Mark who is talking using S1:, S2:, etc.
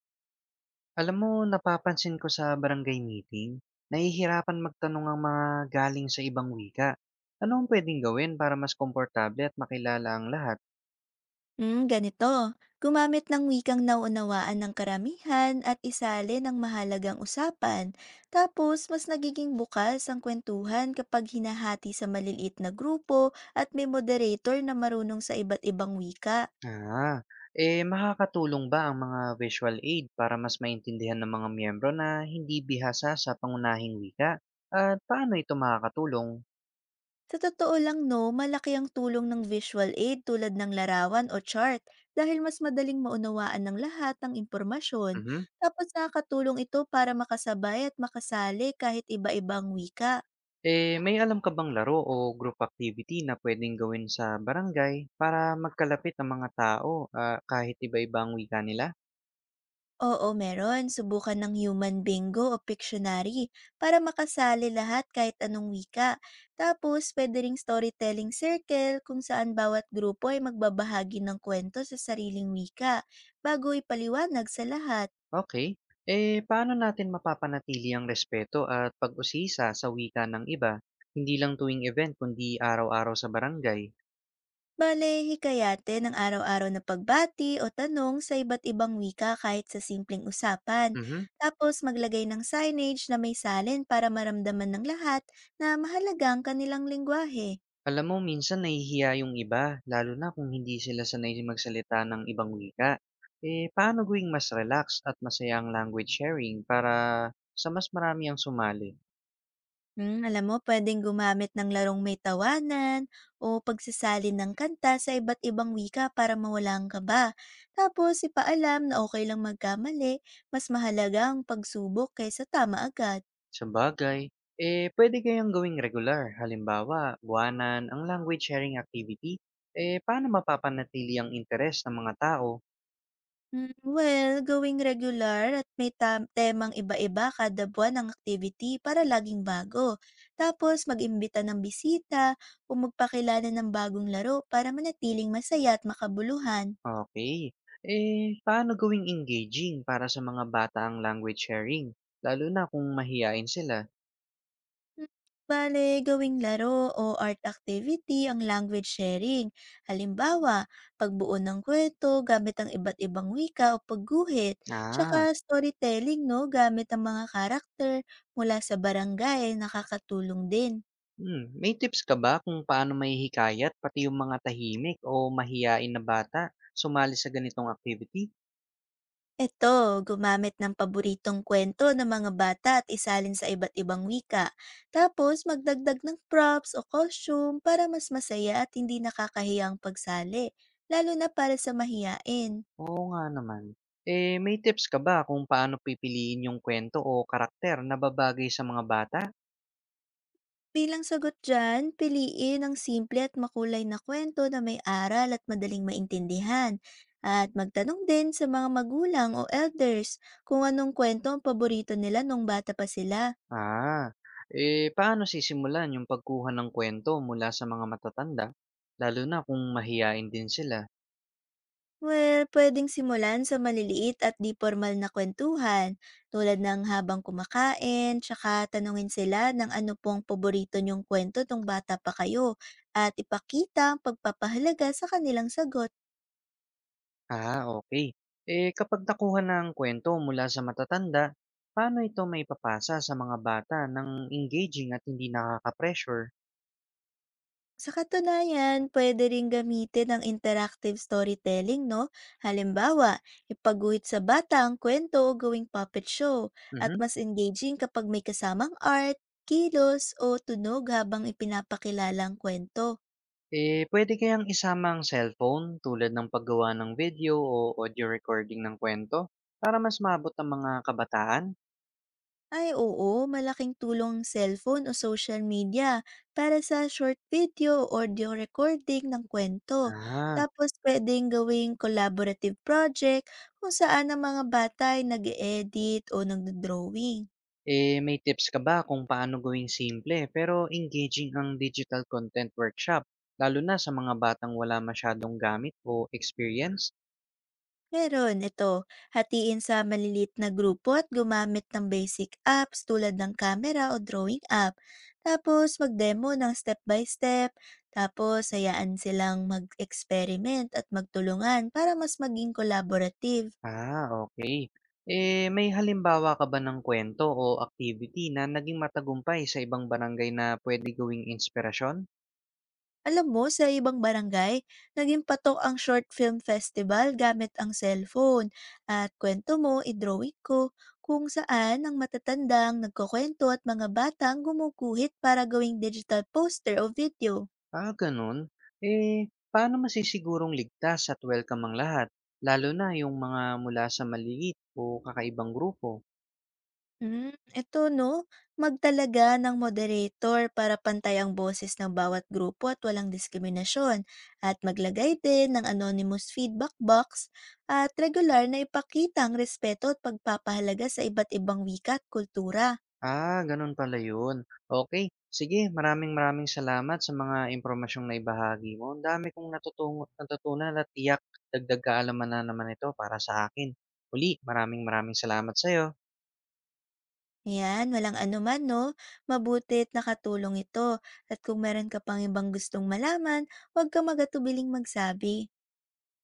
S1: Alam mo, napapansin ko sa barangay meeting, nahihirapan magtanong ang mga galing sa ibang wika. Ano ang pwedeng gawin para mas komportable at makilala ang lahat?
S2: Hmm, ganito. Gumamit ng wikang nauunawaan ng karamihan at isali ng mahalagang usapan. Tapos, mas nagiging bukas ang kwentuhan kapag hinahati sa maliliit na grupo at may moderator na marunong sa iba't ibang wika.
S1: Ah, eh, makakatulong ba ang mga visual aid para mas maintindihan ng mga miyembro na hindi bihasa sa pangunahing wika? At paano ito makakatulong?
S2: Sa totoo lang no, malaki ang tulong ng visual aid tulad ng larawan o chart dahil mas madaling maunawaan ng lahat ng impormasyon.
S1: Mhm.
S2: Tapos nakakatulong ito para makasabay at makasali kahit iba-ibang wika.
S1: Eh, may alam ka bang laro o group activity na pwedeng gawin sa barangay para magkalapit ang mga tao, ah, kahit iba-iba ang wika nila?
S2: Oo, meron. Subukan ng human bingo o Pictionary para makasali lahat kahit anong wika. Tapos, pwede ring storytelling circle kung saan bawat grupo ay magbabahagi ng kwento sa sariling wika bago ipaliwanag sa lahat.
S1: Okay. Eh, paano natin mapapanatili ang respeto at pag-usisa sa wika ng iba, hindi lang tuwing event kundi araw-araw sa barangay?
S2: Bale, hikayate ng araw-araw na pagbati o tanong sa iba't ibang wika kahit sa simpleng usapan.
S1: Mhm.
S2: Tapos maglagay ng signage na may salin para maramdaman ng lahat na mahalagang kanilang lingwahe.
S1: Alam mo, minsan nahihiya yung iba, lalo na kung hindi sila sanay magsalita ng ibang wika. Eh, paano gawing mas relax at masaya ang language sharing para sa mas marami ang sumali?
S2: Hmm, alam mo puwedeng gumamit ng larong may tawanan o pagsasali ng kanta sa iba't ibang wika para mawala ang kaba. Tapos ipaalam na okay lang magkamali, mas mahalaga ang pagsubok kaysa tama agad.
S1: Sa bagay. Eh, puwede kayang gawing regular, halimbawa buwanan ang language sharing activity. Eh, paano mapapanatili ang interes ng mga tao?
S2: Hmm, well, going regular at may temang iba-iba kada buwan ng activity para laging bago. Tapos mag-imbita ng bisita o magpakilala ng bagong laro para manatiling masaya at makabuluhan.
S1: Okay. Eh, paano gawing engaging para sa mga bata ang language sharing, lalo na kung mahiyain sila?
S2: Hmm, Bale, gawing laro o art activity ang language sharing. Halimbawa, pagbuo ng kwento gamit ang iba't ibang wika o pagguhit, tsaka
S1: Ah,
S2: storytelling no, gamit ang mga karakter mula sa barangay ay nakakatulong din.
S1: hmm. May tips ka ba kung paano mahihikayat pati yung mga tahimik o mahiyain na bata sumali sa ganitong activity?
S2: Eto, gumamit ng paboritong kwento ng mga bata at isalin sa iba't ibang wika. Tapos, magdagdag ng props o costume para mas masaya at hindi nakakahiyang pagsali, lalo na para sa mahiyain.
S1: Oo nga naman. Eh, may tips ka ba kung paano pipiliin yung kwento o karakter na babagay sa mga bata?
S2: Bilang sagot dyan, piliin ang simple at makulay na kwento na may aral at madaling maintindihan. At magtanong din sa mga magulang o elders kung anong kwento ang paborito nila nung bata pa sila.
S1: Ah, eh, paano sisimulan yung pagkuha ng kwento mula sa mga matatanda, lalo na kung mahiyain din sila?
S2: Well, pwedeng simulan sa maliliit at di formal na kwentuhan, tulad ng habang kumakain, tsaka tanungin sila ng ano pong paborito niyong kwento nung bata pa kayo, at ipakita ang pagpapahalaga sa kanilang sagot.
S1: Ah, okay. Eh, kapag nakuha na ang kwento mula sa matatanda, paano ito may papasa sa mga bata ng engaging at hindi nakaka-pressure?
S2: Sa katunayan, pwede ring gamitin ang interactive storytelling, no? Halimbawa, ipaguhit sa bata ang kwento o gawing puppet show at
S1: Mhm.
S2: mas engaging kapag may kasamang art, kilos o tunog habang ipinapakilala ang kwento.
S1: Eh, pwede kayang isama ang cellphone tulad ng paggawa ng video o audio recording ng kwento para mas maabot ang mga kabataan?
S2: Ay oo, malaking tulong ang cellphone o social media para sa short video o audio recording ng kwento.
S1: Ah,
S2: Tapos pwedeng gawing collaborative project kung saan ang mga bata ay nag-edit o nagdo-drawing.
S1: eh, may tips ka ba kung paano gawing simple pero engaging ang digital content workshop, lalo na sa mga batang wala masyadong gamit o experience?
S2: Meron, ito. Hatiin sa malilit na grupo at gumamit ng basic apps tulad ng camera o drawing app. Tapos mag-demo ng step by step. Tapos hayaan silang mag-experiment at magtulungan para mas maging collaborative.
S1: Ah, okay. Eh, may halimbawa ka ba ng kwento o activity na naging matagumpay sa ibang barangay na puwede gawing inspirasyon?
S2: Alam mo, sa ibang barangay, naging patok ang short film festival gamit ang cellphone at kwento mo, idrawing ko, kung saan ang matatandang nagkukwento at mga batang gumuguhit para gawing digital poster o video.
S1: Ah, gano'n. Eh, paano masisigurong ligtas at welcome ang lahat, lalo na yung mga mula sa maliit o kakaibang grupo?
S2: Hmm, eto 'no, magtalaga ng moderator para pantay ang boses ng bawat grupo at walang diskriminasyon. At maglagay din ng anonymous feedback box at regular na ipakita ang respeto at pagpapahalaga sa iba't ibang wika at kultura.
S1: Ah, ganun pala yun. Okay, sige, maraming maraming salamat sa mga impormasyong na ibahagi mo. Ang dami kong natutunan at tiyak dagdag kaalaman na naman ito para sa akin. Uli, maraming maraming salamat sa'yo.
S2: Yan, walang anuman 'no, mabuti't nakatulong ito. At kung meron ka pang ibang gustong malaman, huwag ka magatubiling magsabi.